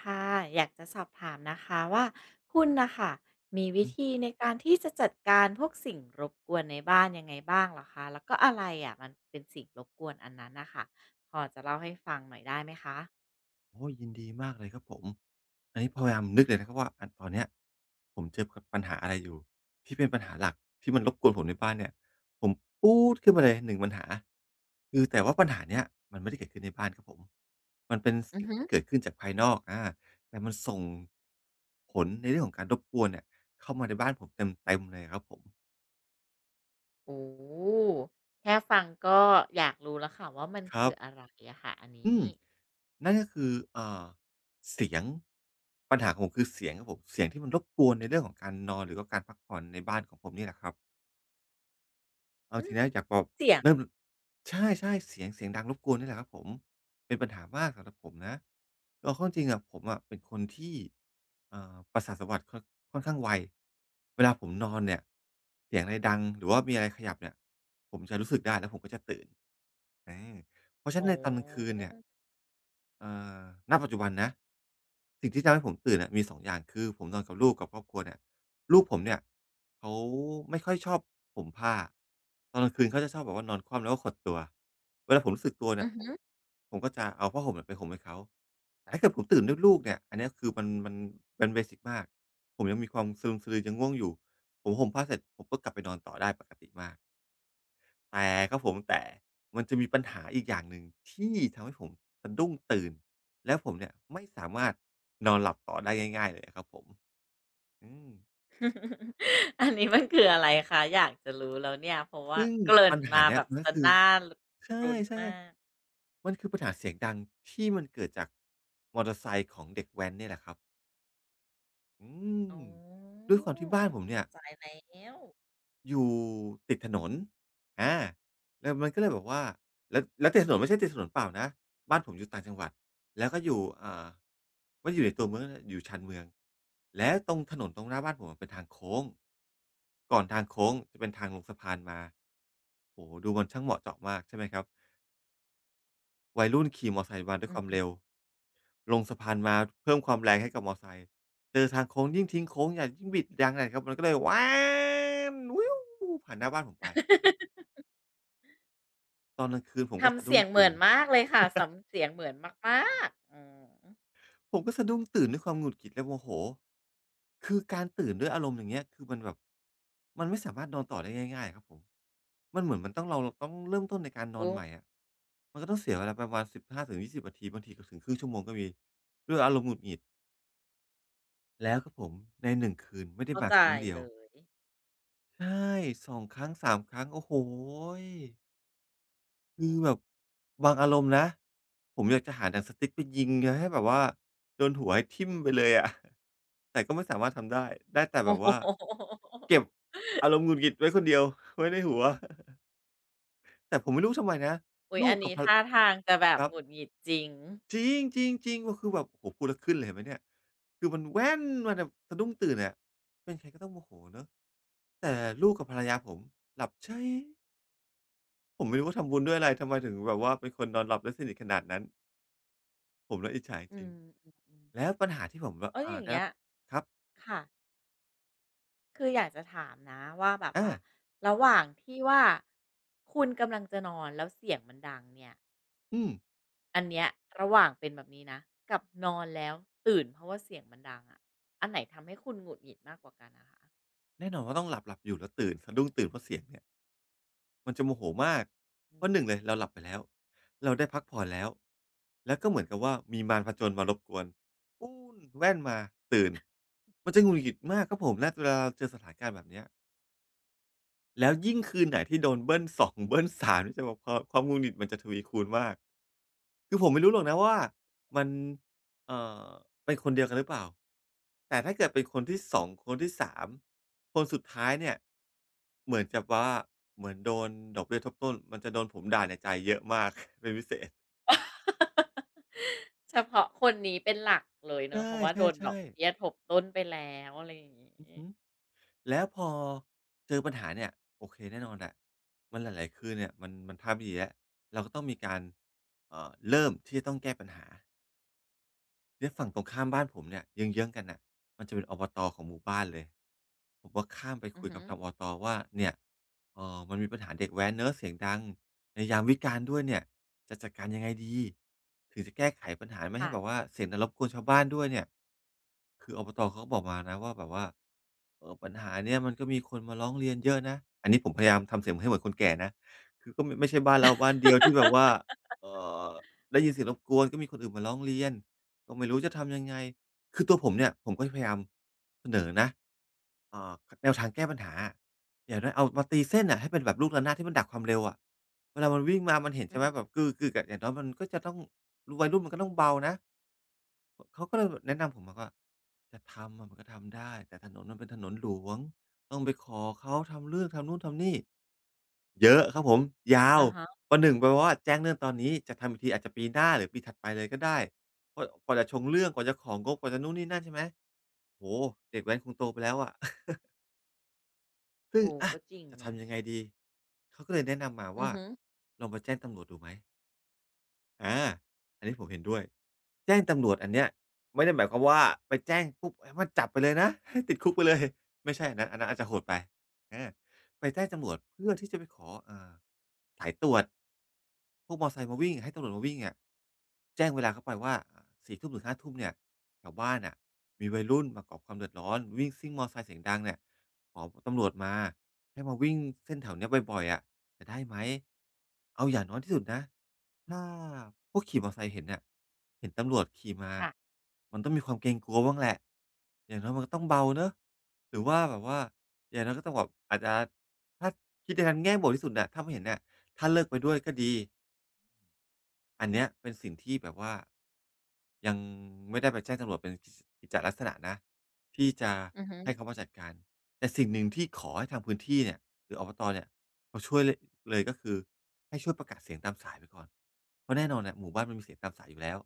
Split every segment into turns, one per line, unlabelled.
ค่ะอยากจะสอบถามนะคะว่าคุณนะคะมีวิ
อืม
ธีในการที่จะจัดการพวกสิ่งรบกวนในบ้านยังไงบ้างเหรอคะแล้วก็อะไรอะมันเป็นสิ่งรบกวนอันนั้นนะคะพอจะเล่าให้ฟังหน่อยได้ไหมคะ
โอ้ยยินดีมากเลยครับผมอันนี้พยายามนึกเลยนะครับว่าอันตอนเนี้ยผมเจอกับปัญหาอะไรอยู่ที่เป็นปัญหาหลักที่มันรบกวนผมในบ้านเนี่ยผมปู๊ดขึ้นมาเลยหนึ่งปัญหาคือแต่ว่าปัญหาเนี้ยมันไม่ได้เกิดขึ้นในบ้านครับผมมันเป็น
อือ
สิ่ง
ฮึ
ที่เกิดขึ้นจากภายนอกแต่มันส่งผลในเรื่องของการรบกวนเนี่ยเข้ามาในบ้านผมเต็มๆเลยอะครับผม
โอ้แค่ฟังก็อยากรู้แล้วค่ะว่ามัน
ครั
คือ
บ
อะไรอะค่ะอัน
อื
นี้
มนั่นก็คือเสียงปัญหาของผมคือเสียงครับผมเสียงที่มันรบกวนในเรื่องของการนอนหรือว่าการพักผ่อนในบ้านของผมนี่แหละครับเอา
อื
จ
ม
ริงนะอยากบอก
เสียง
เริ่มใช่ๆเสียงเสียงดังรบกวนนี่แหละครับผมเป็นปัญหามากสำหรับผมนะเอาเข้าจริงอะผมอะเป็นคนที่ประสาทสัมผัสค่อนข้างไวเวลาผมนอนเนี่ยเสียงอะไรดังหรือว่ามีอะไรขยับเนี่ยผมจะรู้สึกได้แล้วผมก็จะตื่น อาเพราะฉะนั้น
โอ้
ในตอนกลางคืน
อ
เนี่ยเอ่อณปัจจุบันนะสิ่งที่ทำให้ผมตื่นอะมี2องอย่างคือผมนอนกับลูกกับครอบครัวเนี่ยลูกผมเนี่ยเขาไม่ค่อยชอบห่มผ้าตอนกลางคืนเขาจะชอบแบบว่านอนคว่ำแล้วก็ขดตัวเวลาผมรู้สึกตัวเนี่
ื
ย
อ
ผม
ฮึ
ผมก็จะเอาผ้าห่มเนี่ยไปห่มให้เขาแต่ถ้าเกิดผมตื่นด้วยลูกเนี่ยอันเนี้ยคือมันมันเบสิกมากผมยังมีความสะลึมสะลือยังง่วงอยู่ผมห่มผ้าเสร็จผมก็กลับไปนอนต่อได้ปกติมาก แต่ครับผมแต่มันจะมีปัญหาอีกอย่างหนึ่งที่ทำให้ผมสะดุ้งตื่นแล้วผมเนี่ยไม่สามารถนอนหลับต่อได้ง่ายๆเลยอะครับผมอืม
อันนี้มันคืออะไรคะอยากจะรู้แล้วเนี่ยเพราะว่า
ซึ่ง
เกริ่น
ปัญหา
มา
เนี้
แบ
ย
บ
มัน
ส
ก็คือ
น่า
ใช
รุ้น
่
มาก
ๆมันคือปัญหาเสียงดังที่มันเกิดจากมอเตอร์ไซค์ของเด็กแว้นเนี่ยแหละครับอื
อ๋
ม
อ
ด้วยความที่บ้านผมเนี่
เข้า
ย
ใจแล้ว
อยู่ติดถนนอาแล้วมันก็เลยแบบว่าแล้วติดถนนไม่ใช่ติดถนนเปล่านะบ้านผมอยู่ต่างจังหวัดแล้วก็อยู่ไม่ได้อยู่ในตัวเมืองนะอยู่ชานเมือง แล้วตรงถนนตรงหน้าบ้านผมอะเป็นทางโค้งก่อนทางโค้งจะเป็นทางลงสะพานมาโอ้โฮดูมันช่างเหมาะเจาะมากใช่ไหมครับวัยรุ่นขี่มอไซค์มาด้วย
อื
ค
อ
วามเร็ว
ฮึ
ลงสะพานมาเพิ่มความแรงให้กับมอไซค์เจอทางโค้งยิ่งทิ้งโค้งใหญ่ยิ่งบิดยางใหญ่ครับมันก็เลยผ่านหน้าบ้านผมไป ตอนกลางคืนผมก็
ทำ
สะดุ้
เสี
ง
ยงเหมื
ตื่
อ
น
นมากเลยค่ะสำเสียงเหมือนมากๆอืม
ผมก็สะดุ้งตื่นด้วยความหงุดหงิดและโมโหคือการตื่นด้วยอารมณ์อย่างเงี้ยคือมันแบบมันไม่สามารถนอนต่อได้ง่ายๆครับผมมันเหมือนมันต้องเราต้องเริ่มต้นในการนอ
โอ้
นใหม่อะมันก็ต้องเสียเวลาประมาณ15 ถึง 20 นาทีบางทีก็ถึงครึ่งชั่วโมงก็มีด้วยอารมณ์หงุดหงิดแล้วครับผมในหนึ่งคืนไม่ได้
เข้า
มา
ใจ
ครั้งเดีย
เล
ว
ย
ใช่2 ครั้ง 3 ครั้งโอ้โฮ คือแบบบางอารมณ์นะผมอยากจะหาหนังสติ๊กไปยิงนะให้แบบว่าโดนหัวให้ทิ่มไปเลยอะ แต่ก็ไม่สามารถทำได้ได้แต่แบบ
โอ้โฮ
ว่าเก็บอารมณ์หงุดหงิดไว้คนเดียว ไว้ในหัว แต่ผมไม่รู้ทำไมนะ
อุ๊ย
ลู
อั
ก
น
กับ
นี้
ภรร
ท่าทางจะแบ
ค
บ
รับ
หงุดหงิดจริง
จริงๆๆก็คือแบบโอ้โหพูดแล้วขึ้นเลยเห็นไหมเนี่ยคือมันแว่นมาแบบสะดุ้งตื่นอะเป็นใครก็ต้องโมโหเนาะแต่ลูกกับภรรยาผมหลับใชยผมไม่รู้ว่าทำบุญด้วยอะไรทำไมถึงแบบว่าเป็นคนนอนหลับได้สนิทขนาดนั้นผมน่ะอิจฉา
อื
จริง
มๆ
แล้ว
ๆ
ปัญหาที่ผมแบบ
แล้วอย่าง
ได้
เงี้
รับ
ย
ครับ
ค่ะคืออยากจะถามนะว่าแบบ
อา
ว่าระหว่างที่ว่าคุณกำลังจะนอนแล้วเสียงมันดังเนี่ย
อืม
อันเนี้ยระหว่างเป็นแบบนี้นะกับนอนแล้วตื่นเพราะว่าเสียงมันดังอะอันไหนทำให้คุณหงุดหงิดมากกว่ากันอะคะ
แน่นอนว่าต้องหลับๆอยู่แล้วตื่นสะดุ้งตื่นเพราะเสียงเนี่ย มันจะโมโหมาก เพ
อื
ราะหนึ่งเล
ม
ยเราหลับไปแล้ว เราได้พักผ่อนแล้ว แล้วก็เหมือนกับว่ามีมารพจนมารบกวนปู้นแว่นมา ตื่น มันจะหงุดหงิดมากครับผมณเวลาเราเจอสถานการณ์แบบเนี้ย แล้วยิ่งคืนไหนที่โดนเบิ้ล2เบิ้ล3นี่จะแบบความหงุดหงิดมันจะทวีคูณมากคือผมไม่รู้หรอกนะว่ามันเอ่อเป็นคนเดียวกันหรือเปล่าแต่ถ้าเกิดเป็นคนที่2คนที่3คนสุดท้ายเนี่ยเหมือนกับว่าเหมือนโดนดอกเบี้ยทบต้นมันจะโดนผมด่าในใจเยอะมาก เป็นพิเศษ
เฉพาะคนนี้เป็นหลักเลย
ใ
เนาะเพราะว่าโดนด
ช่
อก
ๆๆ
เบี้ยทบต้นไปแล้วอะไรอย่างงี้
อือฮึ แล้วพอเจอปัญหาเนี่ยโอเคแน่นอนแหละมันหลายๆคืนเนี่ยมันท่าไม่ดีแล้วเราก็ต้องมีการเริ่มที่จะต้องแก้ปัญหา เนี่ยฝั่งตรงข้ามบ้านผมเนี่ยเยื้องๆกันน่ะ มันจะเป็นอบตของหมู่บ้านเลย ผมก็ข้ามไป
อื
คุ
อ
ย
ฮึ
กับทางอบตว่าเนี่ยเออมันมีปัญหาเด็กแว้นเนาะเสียงดังในยามวิกาลด้วยเนี่ย จะจัดการยังไงดี ถึงจะแก้ไขปัญหาไม่ให้แบบ
ค่ะ
ว่าเสียงดังรบกวนชาวบ้านด้วยเนี่ยคืออบตเขาก็บอกมานะว่าแบบว่าเออปัญหาเนี่ยมันก็มีคนมาร้องเรียนเยอะนะอันนี้ผมพยายามทำเสียงให้เหมือนคนแก่นะคือก็ไม่ใช่บ้านเราบ้านเดียวที่แบบว่าเออได้ยินเสียงรบกวนก็มีคนอื่นมาร้องเรียน ก็ไม่รู้จะทำยังไง คือตัวผมเนี่ยผมก็พยายามเสนอนะอ่าแนวทางแก้ปัญหาอะอย่างน้อยเอามาตีเส้นน่ะให้เป็นแบบลูกระนาดที่มันดักความเร็วอะเวลา มันวิ่งมา มันเห็น
อื
ใช่
อ
ไหม
ฮึ
แบบกึกๆอะอย่างน้อยมันก็จะต้องวัยรุ่นมันก็ต้องเบานะอเขาก็เลยแบบแนะนำผมบอกว่าจะทำอะมันก็ทำได้แต่ถนนมันเป็นถนนหลวงต้องไปขอเขาทำเรื่องทำนู่นทำนี่ เยอะครับผมยา
อะ
ว
ฮะ
ประหนึ่งแปบว่าแจ้งเรื่องตอนนี้จะทำอีกทีอาจจะปีหน้าหรือปีถัดไปเลยก็ได้เพราะกว่าจะชงเรื่องกว่าจะของงบกว่าจะนู่นนี่นั่นใช่ไหมโอ้โฮเด็กแว้นคงโตไปแล้วอะ ซึ่ง
โอ้ก็จริง
จะ
เนาะ
ทำยังไงดีเขาก็เลยแนะนำมา
อือ
ว่า
ฮึ
ลองไปแจ้งตำรวจดูไหมอาอันนี้ผมเห็นด้วย แจ้งตำรวจอันเนี้ยไม่ได้หมายความว่าไปแจ้งปุ๊บให้มันจับไปเลยนะ ให้ติดคุกไปเลยไม่ใช่อันนั้นอันนั้นอาจจะโหดไปอาไปแจ้งตำรวจเพื่อที่จะไปขอสายตรวจพวกมอไซค์มาวิ่งให้ตำรวจมาวิ่งอะแจ้งเวลาเข้าไปว่า4ทุ่มถึงห้าทุ่มเนี่ยแถวบ้านน่ะมีวัยรุ่นมาก่อความเดือดร้อนวิ่งซิ่งมอไซค์เสียงดังเนี่ย ขอตำรวจมาให้มาวิ่งเส้นแถวเนี้ยบ่อยๆอะจะได้ไหมเอาอย่างน้อยที่สุดนะถ้าพวกขี่มอไซค์เห็นน่ะเห็นตำรวจขี่มา
ค่ะ
มันต้องมีความเกรงกลัวบ้างแหละอย่างน้อยมันก็ต้องเบาเนาะหรือว่าแบบว่าอย่างน้อยก็ต้องแบบอาจจะถ้าคิดในทางแง่บวกที่สุดน่ะถ้าไม่เห็นน่ะถ้าเลิกไปด้วยก็ดีอันเนี้ยเป็นสิ่งที่แบบว่า ยังไม่ได้ไปแจ้งตำรวจเป็นกิจลักษณะนะที่จะ
อือฮึ
ให้เขามาจัดการแต่สิ่งหนึ่งที่ขอให้ทางพื้นที่เนี่ยหรืออบตเนี่ยเขาช่วยเลยก็คือให้ช่วยประกาศเสียงตามสายไปก่อนเพราะแน่นอนน่ะหมู่บ้านมันมีเสียงตามสายอยู่แล้ว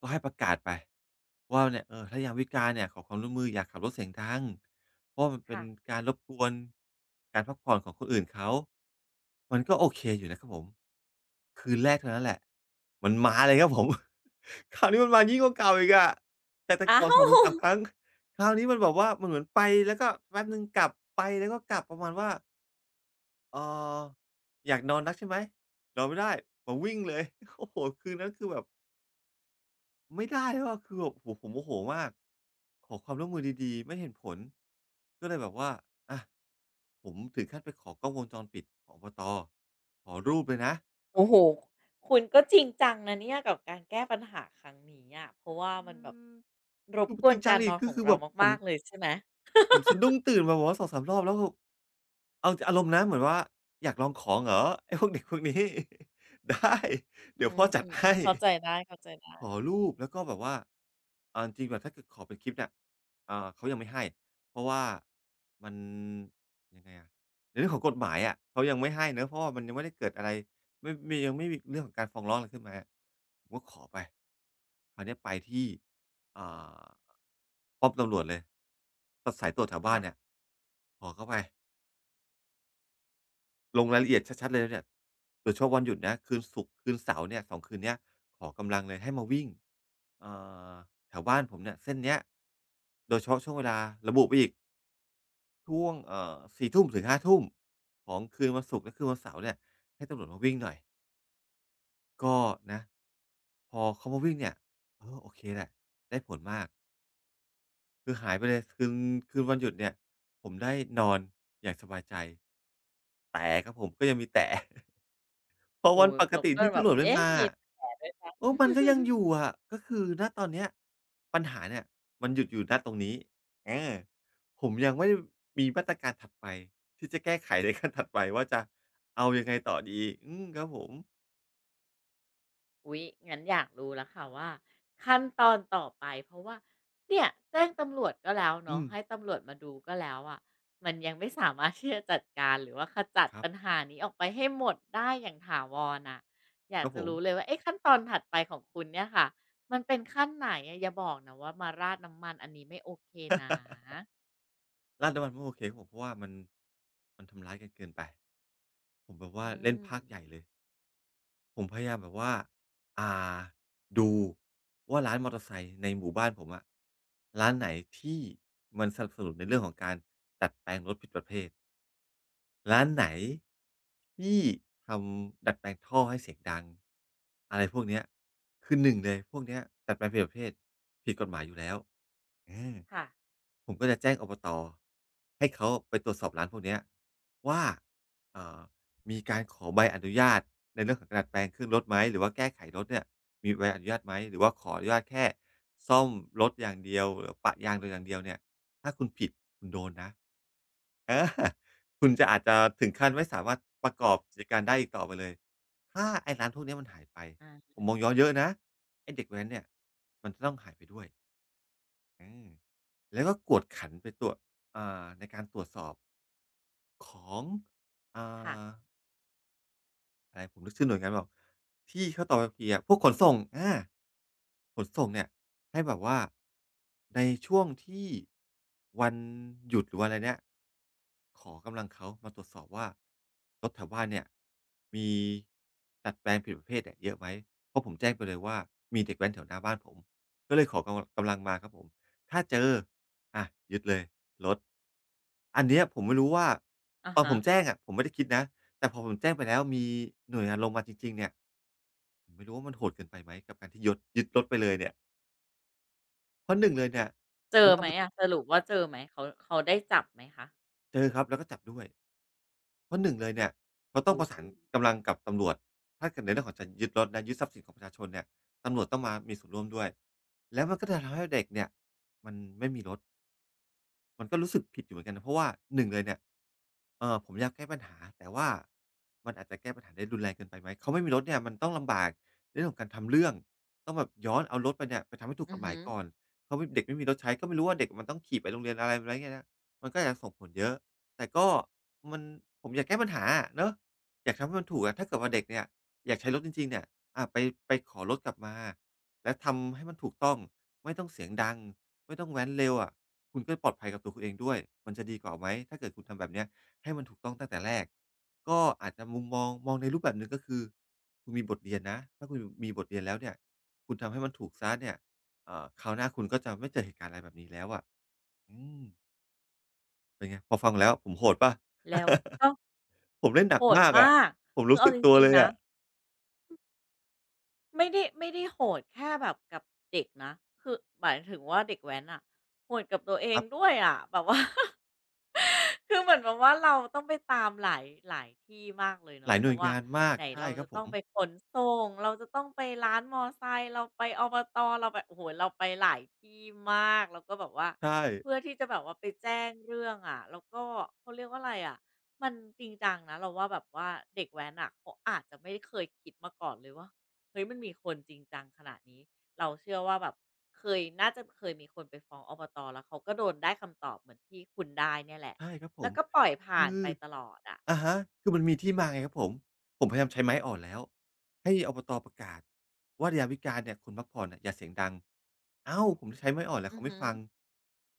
ก็ให้ประกาศไปว่าเนี่ยเออถ้ายามวิกาลเนี่ยขอความร่วมมืออย่าขับรถเสียงดังเพราะว่ามันเป็น
ค่ะ
การรบกวนการพักผ่อนของคนอื่นเขา มันก็โอเคอยู่นะครับผมคืนแรกเท่านั้นแหละมันมาเลยครับผม คราวนี้มันมายิ่งกว่าเก่าอีกอะจากแต่
อ้า
ก่อนสอง
ว
ถึง3 ครั้งคราวนี้มันแบบว่ามันเหมือนไปแล้วก็แป๊บหนึ่งกลับไปแล้วก็กลับประมาณว่าเอ่ออยากนอนนักใช่ไหมนอนไม่ได้มาวิ่งเลย โอ้โหคืนนั้นคือแบบไม่ได้แล้วอะคือแบบโอ้โหผมโมโหมากขอความร่วมมือดีๆไม่เห็นผลก็เลยแบบว่าอะผมถึงขั้นไปขอกล้องวงจรปิดของอบตขอรูปเลยนะ
โอ้โฮคุณก็จริงจังนะเนี่ยกับการแก้ปัญหาครั้งนี้อะเพราะว่า
อื
มันแบบ
ม
ร
ผ
บ
ม
ก
จ
ว
ริ
น
งจัง
การ
อี
น
ก
อน
ก็
ของ
คือ
เรา
แบบผม
มากๆเลยใช่ไหม
ผมสะดุ้งตื่นมาแบบว่าสองสามรอบแล้วคือเอาจอารมณ์นะเหมือนว่าอยากลองของเหรอ ไอ้พวกเด็กพวกนี้ ได้เดี๋
อื
ยวพ่
ม
อจั
อื
ด
ม
ให้
เข้าใจได้เข้าใจได้
ขอรูป
อื
แล้ว
ม
ก็แบบว่าจริงๆแบบถ้าเกิดขอเป็นคลิปเนี่ยเขายังไม่ให้เพราะว่ามันยังไงอะในเรื่องของกฎหมายอะเขายังไม่ให้เนาะเพราะว่ามันยังไม่ได้เกิดอะไรไม่มียังไม่มีเรื่องของการฟ้องร้องอะไรขึ้นมาผมก็ขอไปคราวเนี้ยไปที่อ่าป้อมตำรวจเลยสายตรวจแถวบ้าน
ค่ะ
เนี่ยขอเข้าไป ลงรายละเอียดชัดๆเลยเนี่ยโดยเฉพาะวันหยุดนะคืนศุกร์คืนเสาร์เนี่ยสองคืนเนี้ยขอกำลังเลยให้มาวิ่งเอ่อแถวบ้านผมเนี่ยเส้นเนี้ยโดยเฉพาะช่วงเวลาระบุไปอีกช่วง4ทุ่มถึง5ทุ่มของคืนวันศุกร์และคืนวันเสาร์เนี่ยให้ตำรวจมาวิ่งหน่อยก็นะพอเขามาวิ่งเนี่ยเออโอเคแหละได้ผลมากคือหายไปเลยคืนวันหยุดเนี่ยผมได้นอนอย่างสบายใจแต่ครับผมก็ยังมีแต่ เพอ
โอ้
วันปก
เรา
ติ
ก็
ที่
แบบ
ตำรวจไม่
เอ๊ะ
มา
มีแต่ด้วยนะ
โอ้ มันก็ยังอยู่ อะ ก็คือณตอนเนี้ยปัญหาเนี่ยมันหยุดอยู่ณตรงนี้อาผมยังไม่ได้มีมาตรการถัดไปที่จะแก้ไขในขั้นถัดไปว่าจะเอายังไงต่อดีอืมครับผม
อุ๊ยงั้นอยากรู้แล้วค่ะว่าขั้นตอนต่อไปเพราะว่าเนี่ยแจ้งตำรวจก็แล้ว
อื
เนาะ
ม
ให้ตำรวจมาดูก็แล้วอะมันยังไม่สามารถที่จะจัดการหรือว่าขจัด
ครั
ปัญ
บ
หานี้ออกไปให้หมดได้อย่างถาวรอะอยา
ค
ก
รับ
จะ
ผม
รู้เลยว่าเอ๊ะขั้นตอนถัดไปของคุณเนี่ยค่ะมันเป็นขั้นไหนอะอย่าบอกนะว่ามาราดน้ำมันอันนี้ไม่โอเคนะ
ลาดน้ำมันไม่โอเคครับผมเพราะว่ามันทำร้ายกันเกินไปผมแบบว่า
อื
เล่นพ
ม
รากย์ใหญ่เลย ผมพยายามแบบว่าอ่า ดูว่าร้านมอเตอร์ไซค์ในหมู่บ้านผมอะร้านไหนที่มันสนับสนุนในเรื่องของการดัดแปลงรถผิดประเภท ร้านไหนที่ทำดัดแปลงท่อให้เสียงดังอะไรพวกเนี้ยคือหนึ่งเลยพวกเนี้ยดัดแปลงผิดประเภทผิดกฎหมายอยู่แล้วอา
ค่ะ
ผมก็จะแจ้งอบตให้เขาไปตรวจสอบร้านพวกเนี้ยว่าเอ่อมีการขอใบอนุญาตในเรื่องของการดัดแปลงเครื่องรถไหมหรือว่าแก้ไขรถเนี่ยมีใบอนุญาตไหมหรือว่าขออนุญาตแค่ซ่อมรถอย่างเดียวหรือปะยางโดยอย่างเดียวเนี่ยถ้าคุณผิดคุณโดนนะ อาคุณจะอาจจะถึงขั้นไม่สามารถประกอบกิจการได้อีกต่อไปเลย ถ้าไอ้ร้านพวกเนี้ยมันหายไป ผ
อา
มมองย้อนเยอะนะไอ้เด็กแว้นเนี่ยมันจะต้องหายไปด้วยอมแล้วก็กวดขันไปตัวอ่าในการตรวจสอบของอ่า
ค่ะ
อะไรผมนึกชื่อหน่วยงานไม่ออกที่เขาต่อใบขับขี่อะพวกขนส่งอาขนส่งเนี่ยให้แบบว่าในช่วงที่วันหยุดหรือวันอะไรเนี่ยขอกำลังเขามาตรวจสอบว่ารถแถวบ้านเนี่ยมีดัดแปลงผิดประเภทเนี่ยเยอะไหมเพราะผมแจ้งไปเลยว่ามีเด็กแว้นแถวหน้าบ้านผมก็เลยขอกำลังมาครับผมถ้าเจออะยึดเลยรถอันเนี้ยผมไม่รู้ว่า
อะ
ตอนผ
ฮะ
มแจ้งอะผมไม่ได้คิดนะ แต่พอผมแจ้งไปแล้วมีหน่วยงานลงมาจริงๆเนี่ยผมไม่รู้ว่ามันโหดเกินไปไหมกับการที่ยดยึดรถไปเลยเนี่ยเพราะหนึ่งเลยเนี่ย
เจอ
มันต้อ
ไห
ง
ม
ไป
อะสรุปว่าเจอไหมเขาเขาได้จับไหมคะ
เจอครับแล้วก็จับด้วยเพราะหนึ่งเลยเนี่ยเขาต้อง
โอ้
ประสานกำลังกับตำรวจถ้าเกิดในเรื่องของจะยึดรถและยึดทรัพย์สินของประชาชนเนี่ยตำรวจต้องมามีส่วนร่วมด้วยแล้วมันก็จะทำให้เด็กเนี่ยมันไม่มีรถ มันก็รู้สึกผิดอยู่เหมือนกันนะเพราะว่าหนึ่งเลยเนี่ยผมอยากแก้ปัญหาแต่ว่ามันอาจจะแก้ปัญหาได้รุนแรงเกินไปไหมเขาไม่มีรถเนี่ยมันต้องลำบากในเรื่องของการทำเรื่องต้องแบบย้อนเอารถไปเนี่ยไปทำให้ถูก
อื
ก
อ
ฎหมา
ฮึ
ยก่อนเขาไม่เด็กไม่มีรถใช้ก็ไม่รู้ว่าเด็กมันต้องขี่ไปโรงเรียนอะไรไรเงี้ยนะมันก็อาจจะส่งผลเยอะแต่ก็มันผมอยากแก้ปัญหาอะเนาะอยากทำให้มันถูกอะถ้าเกิดว่าเด็กเนี่ยอยากใช้รถจริงๆเนี่ยอาไปขอรถกลับมาแล้วทำให้มันถูกต้องไม่ต้องเสียงดังไม่ต้องแว้นเร็วอะ คุณก็ปลอดภัยกับตัวคุณเองด้วย มันจะดีกว่าไหม ถ้าเกิดคุณทำแบบเนี้ยให้มันถูกต้องตั้งแต่แรก ก็อาจจะมุมมองมองในรูปแบบหนึ่งก็คือคุณมีบทเรียนนะ ถ้าคุณมีบทเรียนแล้วเนี่ย คุณทำให้มันถูกเสียเนี่ยคราวหน้าคุณก็จะไม่เจอเหตุการณ์อะไรแบบนี้แล้วอะอืมเป็นไงพอฟังแล้วผมโหดเปล่า
แล้วก็
ผมเล่นหนั
โห
ก
ด
มากอะ
มาก
ผม
คือ
รู้
เอา
สึก
จ
ตัว
ริง
เลย
ๆนะ
อะ
ไม่ได้ไม่ได้โหดแค่แบบกับเด็กนะคือหมายถึงว่าเด็กแว้นอะโหดกับตัวเอ
ค
ง
รั
ด้
บ
วยอะแบบว่า คือเหมือนแบบว่าเราต้องไปตามหลายหลายที่มากเลย
ห
เนาะ
ลาย
เพ
หน่ว
ราะ
ย
ว่า
งานมาก
ไหน
ใช่
เรา
ครั
จะ
บผ
ต้อ
ม
งไปขนส่งเราจะต้องไปร้านมอไซค์เราไปอบตเราไปโอ้โหเราไปหลายที่มากแล้วก็แบบว่า
ใช่
เพื่อที่จะแบบว่าไปแจ้งเรื่องอะแล้วก็เขาเรียกว่าอะไรอะมันจริงจังนะเราว่าแบบว่าเด็กแว้นอ่ะเขาอาจจะไม่เคยคิดมาก่อนเลยว่า เฮ้ยมันมีคนจริงจังขนาดนี้เราเชื่อว่าแบบเคยน่าจะเคยมีคนไปฟ้องอบตแล้วเขาก็โดนได้คำตอบเหมือนที่คุณได้เนี่ยแหละ
ใช่ครับผ
แล้ว
ม
ก็ปล่อยผ่า
คื
น
อ
ไปตลอดอ่ะ
อะฮะคือมันมีที่มาไงครับผมผมพยายามใช้ไม้อ่อนแล้วให้อบตประกาศว่ายามวิกาลเนี่ยคนพักผ่อนน่ะอย่าเสียงดังอ้าวผมใช้ไม้อ่อนแล้ว
อือ
เขาไม่
หือ
ฟัง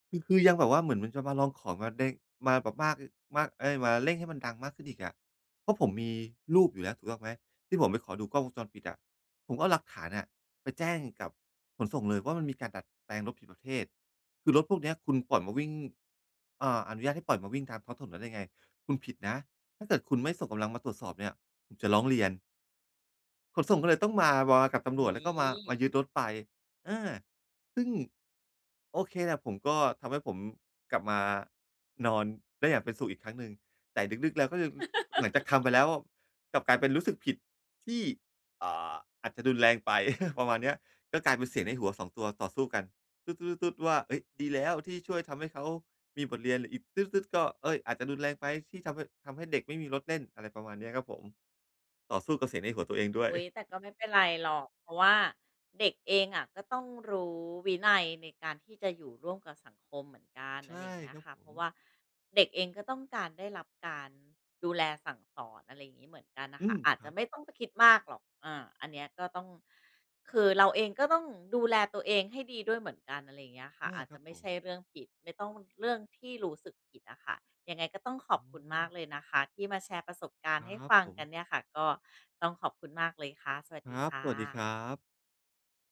คือยังแบบว่าเหมือนมันจะมาลองของมาเด้งมาแบบมากมากเอ๊ยมาเร่งให้มันดังมากขึ้นอีกอะเพราะผมมีรูปอยู่แล้วถูกต้องไหมที่ผมไปขอดูกล้องวงจรปิดอะผมก็เอาหลักฐานอะไปแจ้งกับขนส่งเลยว่ามันมีการดัดแปลงรถผิดประเภทคือรถพวกเนี้ยคุณปล่อยมาวิ่งอ่าอนุญาตให้ปล่อยมาวิ่งตามท้องถนนได้ยังไงคุณผิดนะถ้าเกิดคุณไม่ส่งกำลังมาตรวจสอบเนี่ยผมจะร้องเรียน ขนส่งก็เลยต้องมากับตำรวจแล้
นี่
วก็มายึดรถไปอาซึ่งโอเคแหละผมก็ทำให้ผมกลับมานอนได้อย่างเป็นสุขอีกครั้งหนึ่งแต่ลึกๆแล้วก็ยังหลังจากทำไปแล้วกลับกลายเป็นรู้สึกผิดที่อ่าอาจจะรุนแรงไป ประมาณเนี้ยก็กลายเป็นเสียงในหัวสองตัวต่อสู้กันตึ๊ดๆๆว่าเฮ้ยดีแล้วที่ช่วยทำให้เขามีบทเรียนหรืออีกตึ๊ดๆก็เฮ้ยอาจจะรุนแรงไปที่ทำให้เด็กไม่มีรถเล่นอะไรประมาณเนี้ยครับผมต่อสู้กับเสียงในหัวตัวเองด้วย
อุ๊ยแต่ก็ไม่เป็นไรหรอกเพราะว่าเด็กเองอะก็ต้องรู้วินัยในการที่จะอยู่ร่วมกับสังคมเหมือนกันอะไร
ใช่
อย่างเงี้
ค
ย
รับ
ค่ะ
ผ
เพ
ม
ราะว่าเด็กเองก็ต้องการได้รับการดูแลสั่งสอนอะไรอย่างงี้เหมือนกันน่ะ
อื
ค่ะ
ม
อาจ
ค
จะ
รับ
ไม่ต้องไปคิดมากหรอกอาอันเนี้ยก็ต้องคือเราเองก็ต้องดูแลตัวเองให้ดีด้วยเหมือนกันอะไรอย่างเงี้ยค่ะ
อา
อาจ
ค
จะ
รับผ
ไม่
ม
ใช่เรื่องผิดไม่ต้องเรื่องที่รู้สึกผิดอะค่ะยังไงก็ต้องขอบคุณมากเลยนะคะที่มาแชร์ประสบการณ์
อ๋อ
ให้
ครับ
ฟัง
ผม
กันเนี่ยค่ะก็ ต้องขอบคุณมากเลยค่ะ สวัส
ค
ดี
รับ
ค่
สวัสดีค
ะ
รับ